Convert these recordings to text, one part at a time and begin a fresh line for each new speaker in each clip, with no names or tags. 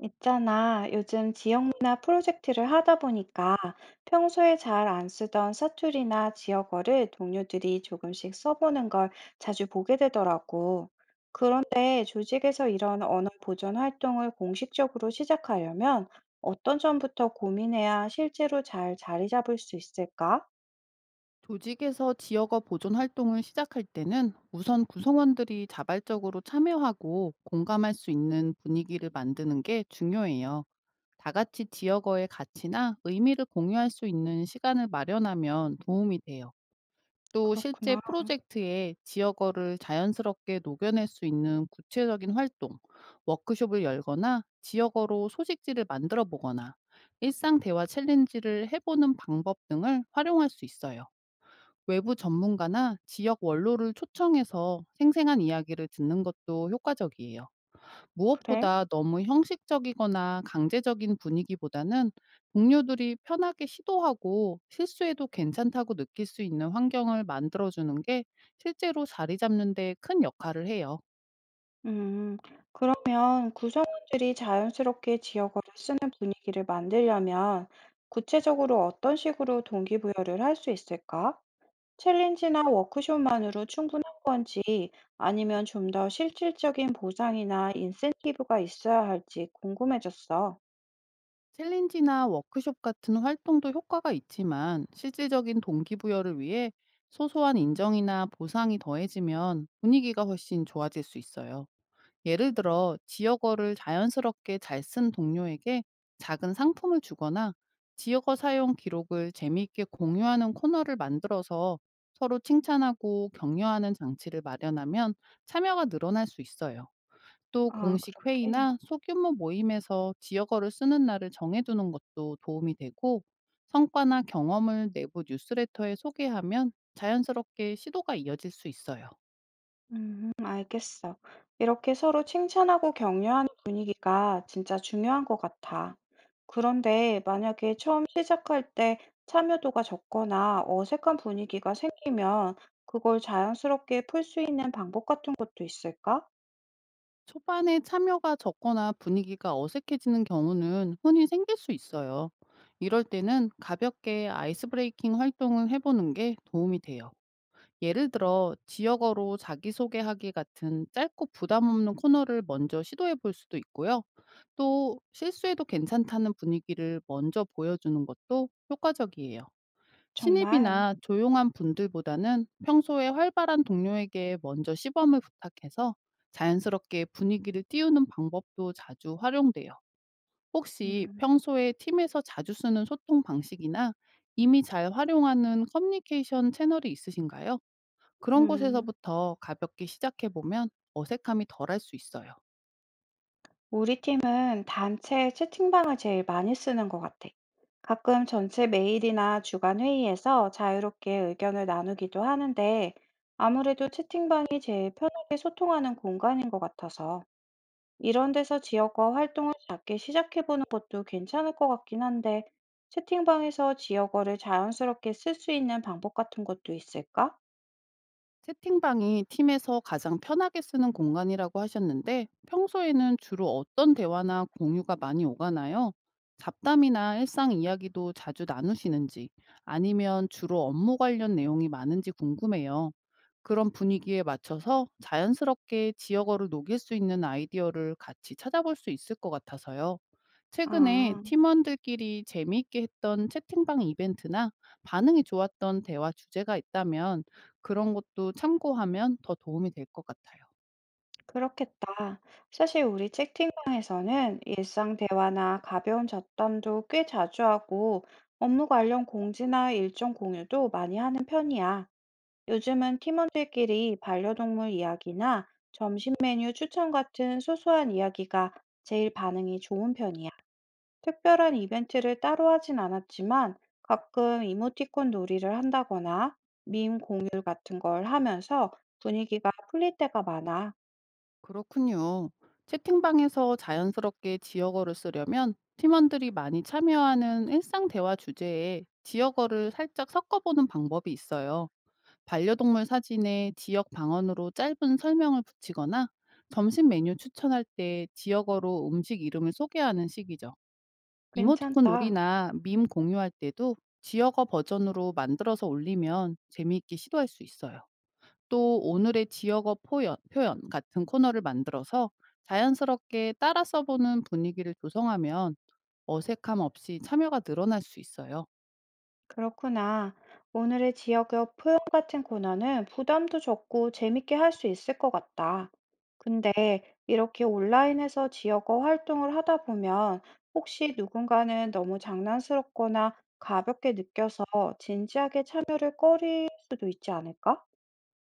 있잖아, 요즘 지역문화 프로젝트를 하다 보니까 평소에 잘 안 쓰던 사투리나 지역어를 동료들이 조금씩 써보는 걸 자주 보게 되더라고. 그런데 조직에서 이런 언어 보존 활동을 공식적으로 시작하려면 어떤 점부터 고민해야 실제로 잘 자리 잡을 수 있을까?
조직에서 지역어 보존 활동을 시작할 때는 우선 구성원들이 자발적으로 참여하고 공감할 수 있는 분위기를 만드는 게 중요해요. 다 같이 지역어의 가치나 의미를 공유할 수 있는 시간을 마련하면 도움이 돼요. 또 실제
그렇구나.
프로젝트에 지역어를 자연스럽게 녹여낼 수 있는 구체적인 활동, 워크숍을 열거나 지역어로 소식지를 만들어 보거나 일상 대화 챌린지를 해보는 방법 등을 활용할 수 있어요. 외부 전문가나 지역 원로를 초청해서 생생한 이야기를 듣는 것도 효과적이에요.
그래.
무엇보다 너무 형식적이거나 강제적인 분위기보다는 동료들이 편하게 시도하고 실수해도 괜찮다고 느낄 수 있는 환경을 만들어주는 게 실제로 자리 잡는 데 큰 역할을 해요.
음, 그러면 구성원들이 자연스럽게 지역어를 쓰는 분위기를 만들려면 구체적으로 어떤 식으로 동기부여를 할 수 있을까? 챌린지나 워크숍만으로 충분한 건지 아니면 좀 더 실질적인 보상이나 인센티브가 있어야 할지 궁금해졌어.
챌린지나 워크숍 같은 활동도 효과가 있지만 실질적인 동기부여를 위해 소소한 인정이나 보상이 더해지면 분위기가 훨씬 좋아질 수 있어요. 예를 들어 지역어를 자연스럽게 잘 쓴 동료에게 작은 상품을 주거나 지역어 사용 기록을 재미있게 공유하는 코너를 만들어서 서로 칭찬하고 격려하는 장치를 마련하면 참여가 늘어날 수 있어요. 또
아,
공식
그렇게.
회의나 소규모 모임에서 지역어를 쓰는 날을 정해두는 것도 도움이 되고, 성과나 경험을 내부 뉴스레터에 소개하면 자연스럽게 시도가 이어질 수 있어요.
알겠어. 이렇게 서로 칭찬하고 격려하는 분위기가 진짜 중요한 것 같아. 그런데 만약에 처음 시작할 때 참여도가 적거나 어색한 분위기가 생기면 그걸 자연스럽게 풀 수 있는 방법 같은 것도 있을까?
초반에 참여가 적거나 분위기가 어색해지는 경우는 흔히 생길 수 있어요. 이럴 때는 가볍게 아이스 브레이킹 활동을 해보는 게 도움이 돼요. 예를 들어, 지역어로 자기소개하기 같은 짧고 부담 없는 코너를 먼저 시도해 볼 수도 있고요. 또, 실수해도 괜찮다는 분위기를 먼저 보여주는 것도 효과적이에요.
정말.
신입이나 조용한 분들보다는 평소에 활발한 동료에게 먼저 시범을 부탁해서 자연스럽게 분위기를 띄우는 방법도 자주 활용돼요. 혹시
음,
평소에 팀에서 자주 쓰는 소통 방식이나 이미 잘 활용하는 커뮤니케이션 채널이 있으신가요? 그런
음.
곳에서부터 가볍게 시작해보면 어색함이 덜할 수 있어요.
우리 팀은 단체 채팅방을 제일 많이 쓰는 것 같아. 가끔 전체 메일이나 주간 회의에서 자유롭게 의견을 나누기도 하는데 아무래도 채팅방이 제일 편하게 소통하는 공간인 것 같아서 이런 데서 지역어 활동을 작게 시작해보는 것도 괜찮을 것 같긴 한데 채팅방에서 지역어를 자연스럽게 쓸 수 있는 방법 같은 것도 있을까?
채팅방이 팀에서 가장 편하게 쓰는 공간이라고 하셨는데, 평소에는 주로 어떤 대화나 공유가 많이 오가나요? 잡담이나 일상 이야기도 자주 나누시는지, 아니면 주로 업무 관련 내용이 많은지 궁금해요. 그런 분위기에 맞춰서 자연스럽게 지역어를 녹일 수 있는 아이디어를 같이 찾아볼 수 있을 것 같아서요. 최근에
아.
팀원들끼리 재미있게 했던 채팅방 이벤트나 반응이 좋았던 대화 주제가 있다면, 그런 것도 참고하면 더 도움이 될 것 같아요.
그렇겠다. 사실 우리 채팅방에서는 일상 대화나 가벼운 잡담도 꽤 자주 하고 업무 관련 공지나 일정 공유도 많이 하는 편이야. 요즘은 팀원들끼리 반려동물 이야기나 점심 메뉴 추천 같은 소소한 이야기가 제일 반응이 좋은 편이야. 특별한 이벤트를 따로 하진 않았지만 가끔 이모티콘 놀이를 한다거나 밈 공유 같은 걸 하면서 분위기가 풀릴 때가 많아.
그렇군요. 채팅방에서 자연스럽게 지역어를 쓰려면, 팀원들이 많이 참여하는 일상 대화 주제에 지역어를 살짝 섞어보는 방법이 있어요. 반려동물 사진에 지역 방언으로 짧은 설명을 붙이거나, 점심 메뉴 추천할 때 지역어로 음식 이름을 소개하는 식이죠. 이모티콘
괜찮다.
놀이나 밈 공유할 때도 지역어 버전으로 만들어서 올리면 재미있게 시도할 수 있어요. 또 오늘의 지역어 표현 같은 코너를 만들어서 자연스럽게 따라 써보는 분위기를 조성하면 어색함 없이 참여가 늘어날 수 있어요.
그렇구나. 오늘의 지역의 표현 같은 코너는 부담도 적고 재밌게 할 수 있을 것 같다. 근데 이렇게 온라인에서 지역어 활동을 하다 보면 혹시 누군가는 너무 장난스럽거나 가볍게 느껴서 진지하게 참여를 꺼릴 수도 있지 않을까?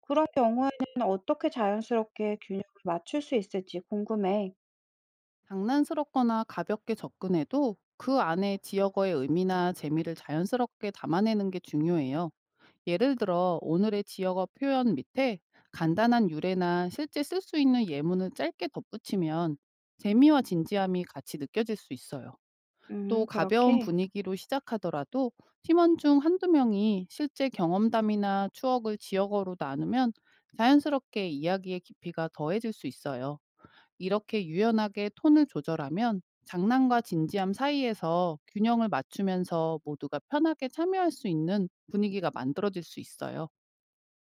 그런 경우에는 어떻게 자연스럽게 균형을 맞출 수 있을지 궁금해.
장난스럽거나 가볍게 접근해도 그 안에 지역어의 의미나 재미를 자연스럽게 담아내는 게 중요해요. 예를 들어 오늘의 지역어 표현 밑에 간단한 유래나 실제 쓸 수 있는 예문을 짧게 덧붙이면 재미와 진지함이 같이 느껴질 수 있어요. 또 가벼운
그렇게.
분위기로 시작하더라도 팀원 중 한두 명이 실제 경험담이나 추억을 지역어로 나누면 자연스럽게 이야기의 깊이가 더해질 수 있어요. 이렇게 유연하게 톤을 조절하면 장난과 진지함 사이에서 균형을 맞추면서 모두가 편하게 참여할 수 있는 분위기가 만들어질 수 있어요.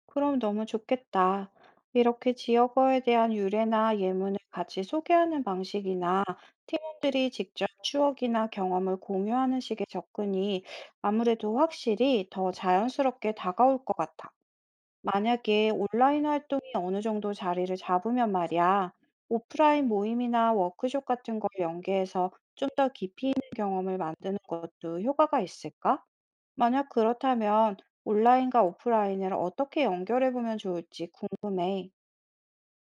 그럼 너무 좋겠다. 이렇게 지역어에 대한 유래나 예문을 같이 소개하는 방식이나 팀원들이 직접 추억이나 경험을 공유하는 식의 접근이 아무래도 확실히 더 자연스럽게 다가올 것 같아. 만약에 온라인 활동이 어느 정도 자리를 잡으면 말이야, 오프라인 모임이나 워크숍 같은 걸 연계해서 좀 더 깊이 있는 경험을 만드는 것도 효과가 있을까? 만약 그렇다면 온라인과 오프라인을 어떻게 연결해 보면 좋을지 궁금해.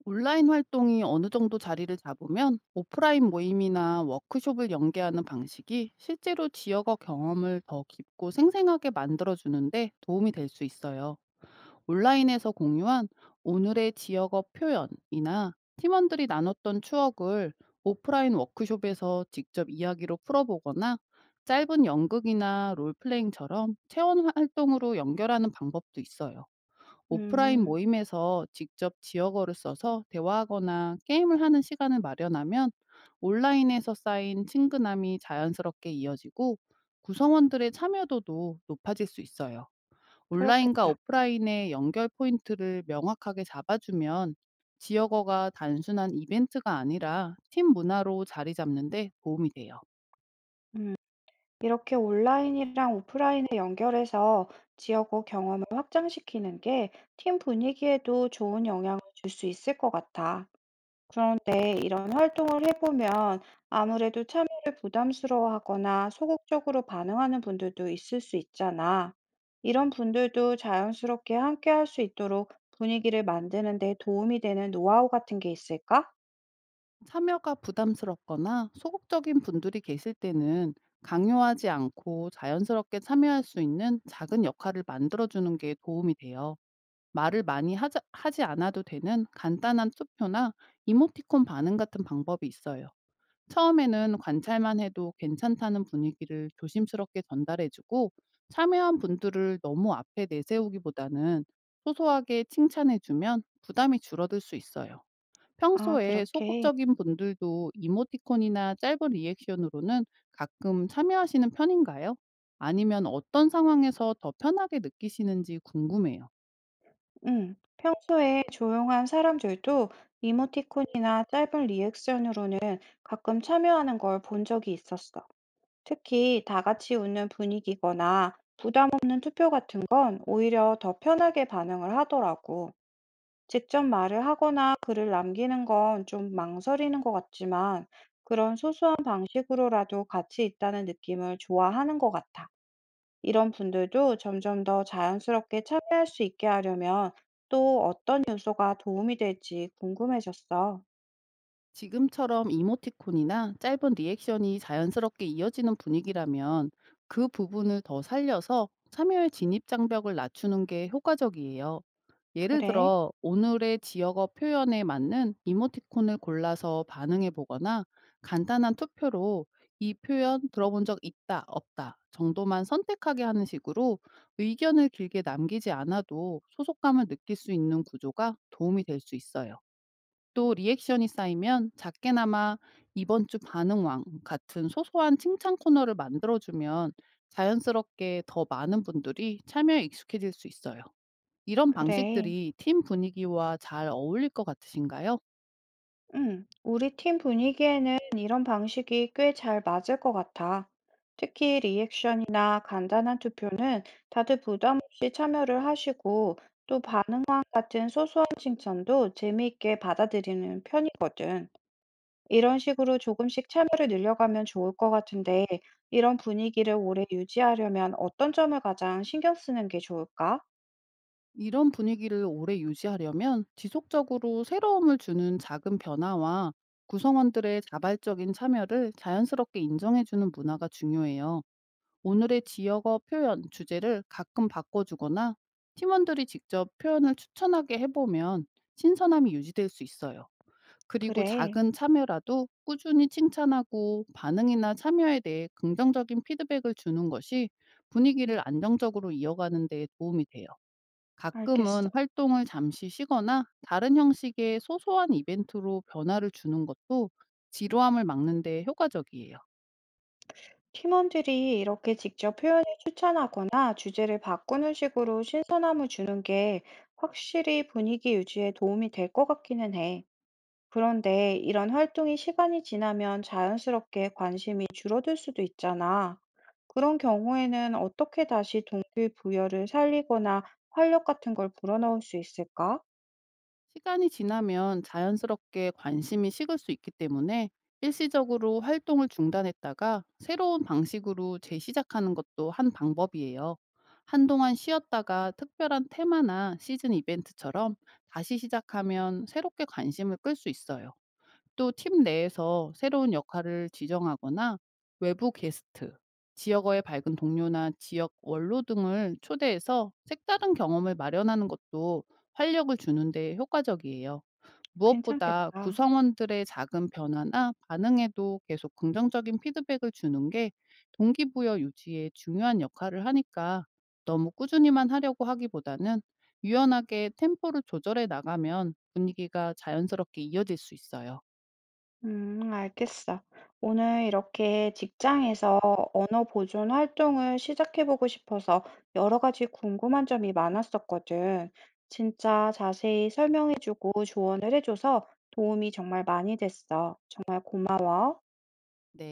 온라인 활동이 어느 정도 자리를 잡으면 오프라인 모임이나 워크숍을 연계하는 방식이 실제로 지역어 경험을 더 깊고 생생하게 만들어주는데 도움이 될 수 있어요. 온라인에서 공유한 오늘의 지역어 표현이나 팀원들이 나눴던 추억을 오프라인 워크숍에서 직접 이야기로 풀어보거나, 짧은 연극이나 롤플레잉처럼 체험 활동으로 연결하는 방법도 있어요. 오프라인
음,
모임에서 직접 지역어를 써서 대화하거나 게임을 하는 시간을 마련하면, 온라인에서 쌓인 친근함이 자연스럽게 이어지고 구성원들의 참여도도 높아질 수 있어요. 온라인과
그렇겠다.
오프라인의 연결 포인트를 명확하게 잡아주면 지역어가 단순한 이벤트가 아니라 팀 문화로 자리 잡는데 도움이 돼요.
음, 이렇게 온라인이랑 오프라인을 연결해서 지역구 경험을 확장시키는 게 팀 분위기에도 좋은 영향을 줄 수 있을 것 같아. 그런데 이런 활동을 해보면 아무래도 참여를 부담스러워하거나 소극적으로 반응하는 분들도 있을 수 있잖아. 이런 분들도 자연스럽게 함께 할 수 있도록 분위기를 만드는 데 도움이 되는 노하우 같은 게 있을까?
참여가 부담스럽거나 소극적인 분들이 계실 때는 강요하지 않고 자연스럽게 참여할 수 있는 작은 역할을 만들어주는 게 도움이 돼요. 하지 않아도 되는 간단한 투표나 이모티콘 반응 같은 방법이 있어요. 처음에는 관찰만 해도 괜찮다는 분위기를 조심스럽게 전달해 주고, 참여한 분들을 너무 앞에 내세우기보다는 소소하게 칭찬해 주면 부담이 줄어들 수 있어요.
아,
평소에
그렇게.
소극적인 분들도 이모티콘이나 짧은 리액션으로는 가끔 참여하시는 편인가요? 아니면 어떤 상황에서 더 편하게 느끼시는지 궁금해요.
응. 평소에 조용한 사람들도 이모티콘이나 짧은 리액션으로는 가끔 참여하는 걸 본 적이 있었어. 특히 다 같이 웃는 분위기거나 는 투표 같은 건 오히려 더 편하게 반응을 하더라고. 직접 말을 하거나 글을 남기는 건 좀 망설이는 것 같지만 그런 소소한 방식으로라도 가치 있다는 느낌을 좋아하는 것 같아. 이런 분들도 점점 더 자연스럽게 참여할 수 있게 하려면 또 어떤 요소가 도움이 될지 궁금해졌어.
지금처럼 이모티콘이나 짧은 리액션이 자연스럽게 이어지는 분위기라면 그 부분을 더 살려서 참여의 진입 장벽을 낮추는 게 효과적이에요. 예를
그래,
들어, 오늘의 지역어 표현에 맞는 이모티콘을 골라서 반응해 보거나, 간단한 투표로 이 표현 들어본 적 있다, 없다 정도만 선택하게 하는 식으로 의견을 길게 남기지 않아도 소속감을 느낄 수 있는 구조가 도움이 될 수 있어요. 또 리액션이 쌓이면 작게나마 "이번 주 반응왕" 같은 소소한 칭찬 코너를 만들어주면 자연스럽게 더 많은 분들이 참여에 익숙해질 수 있어요. 이런
그래.
방식들이 팀 분위기와 잘 어울릴 것 같으신가요?
우리 팀 분위기에는 이런 방식이 꽤 잘 맞을 것 같아. 특히 리액션이나 간단한 투표는 다들 부담 없이 참여를 하시고 또 반응왕 같은 소소한 칭찬도 재미있게 받아들이는 편이거든. 이런 식으로 조금씩 참여를 늘려가면 좋을 것 같은데 이런 분위기를 오래 유지하려면 어떤 점을 가장 신경 쓰는 게 좋을까?
이런 분위기를 오래 유지하려면 지속적으로 새로움을 주는 작은 변화와 구성원들의 자발적인 참여를 자연스럽게 인정해주는 문화가 중요해요. 오늘의 지역어 표현, 주제를 가끔 바꿔주거나 팀원들이 직접 표현을 추천하게 해보면 신선함이 유지될 수 있어요. 그리고
그래,
작은 참여라도 꾸준히 칭찬하고 반응이나 참여에 대해 긍정적인 피드백을 주는 것이 분위기를 안정적으로 이어가는 데 도움이 돼요. 가끔은
알겠어.
활동을 잠시 쉬거나 다른 형식의 소소한 이벤트로 변화를 주는 것도 지루함을 막는 데 효과적이에요.
팀원들이 이렇게 직접 표현을 추천하거나 주제를 바꾸는 식으로 신선함을 주는 게 확실히 분위기 유지에 도움이 될 것 같기는 해. 그런데 이런 활동이 시간이 지나면 자연스럽게 관심이 줄어들 수도 있잖아. 그런 경우에는 어떻게 다시 동기부여를 살리거나 활력 같은 걸 불어넣을 수 있을까?
시간이 지나면 자연스럽게 관심이 식을 수 있기 때문에 일시적으로 활동을 중단했다가 새로운 방식으로 재시작하는 것도 한 방법이에요. 한동안 쉬었다가 특별한 테마나 시즌 이벤트처럼 다시 시작하면 새롭게 관심을 끌 수 있어요. 또 팀 내에서 새로운 역할을 지정하거나 외부 게스트, 지역어의 밝은 동료나 지역 원로 등을 초대해서 색다른 경험을 마련하는 것도 활력을 주는데 효과적이에요. 무엇보다
괜찮겠다.
구성원들의 작은 변화나 반응에도 계속 긍정적인 피드백을 주는 게 동기부여 유지에 중요한 역할을 하니까, 너무 꾸준히만 하려고 하기보다는 유연하게 템포를 조절해 나가면 분위기가 자연스럽게 이어질 수 있어요.
알겠어. 오늘 이렇게 직장에서 언어 보존 활동을 시작해보고 싶어서 여러 가지 궁금한 점이 많았었거든. 진짜 자세히 설명해주고 조언을 해줘서 도움이 정말 많이 됐어. 정말 고마워.
네.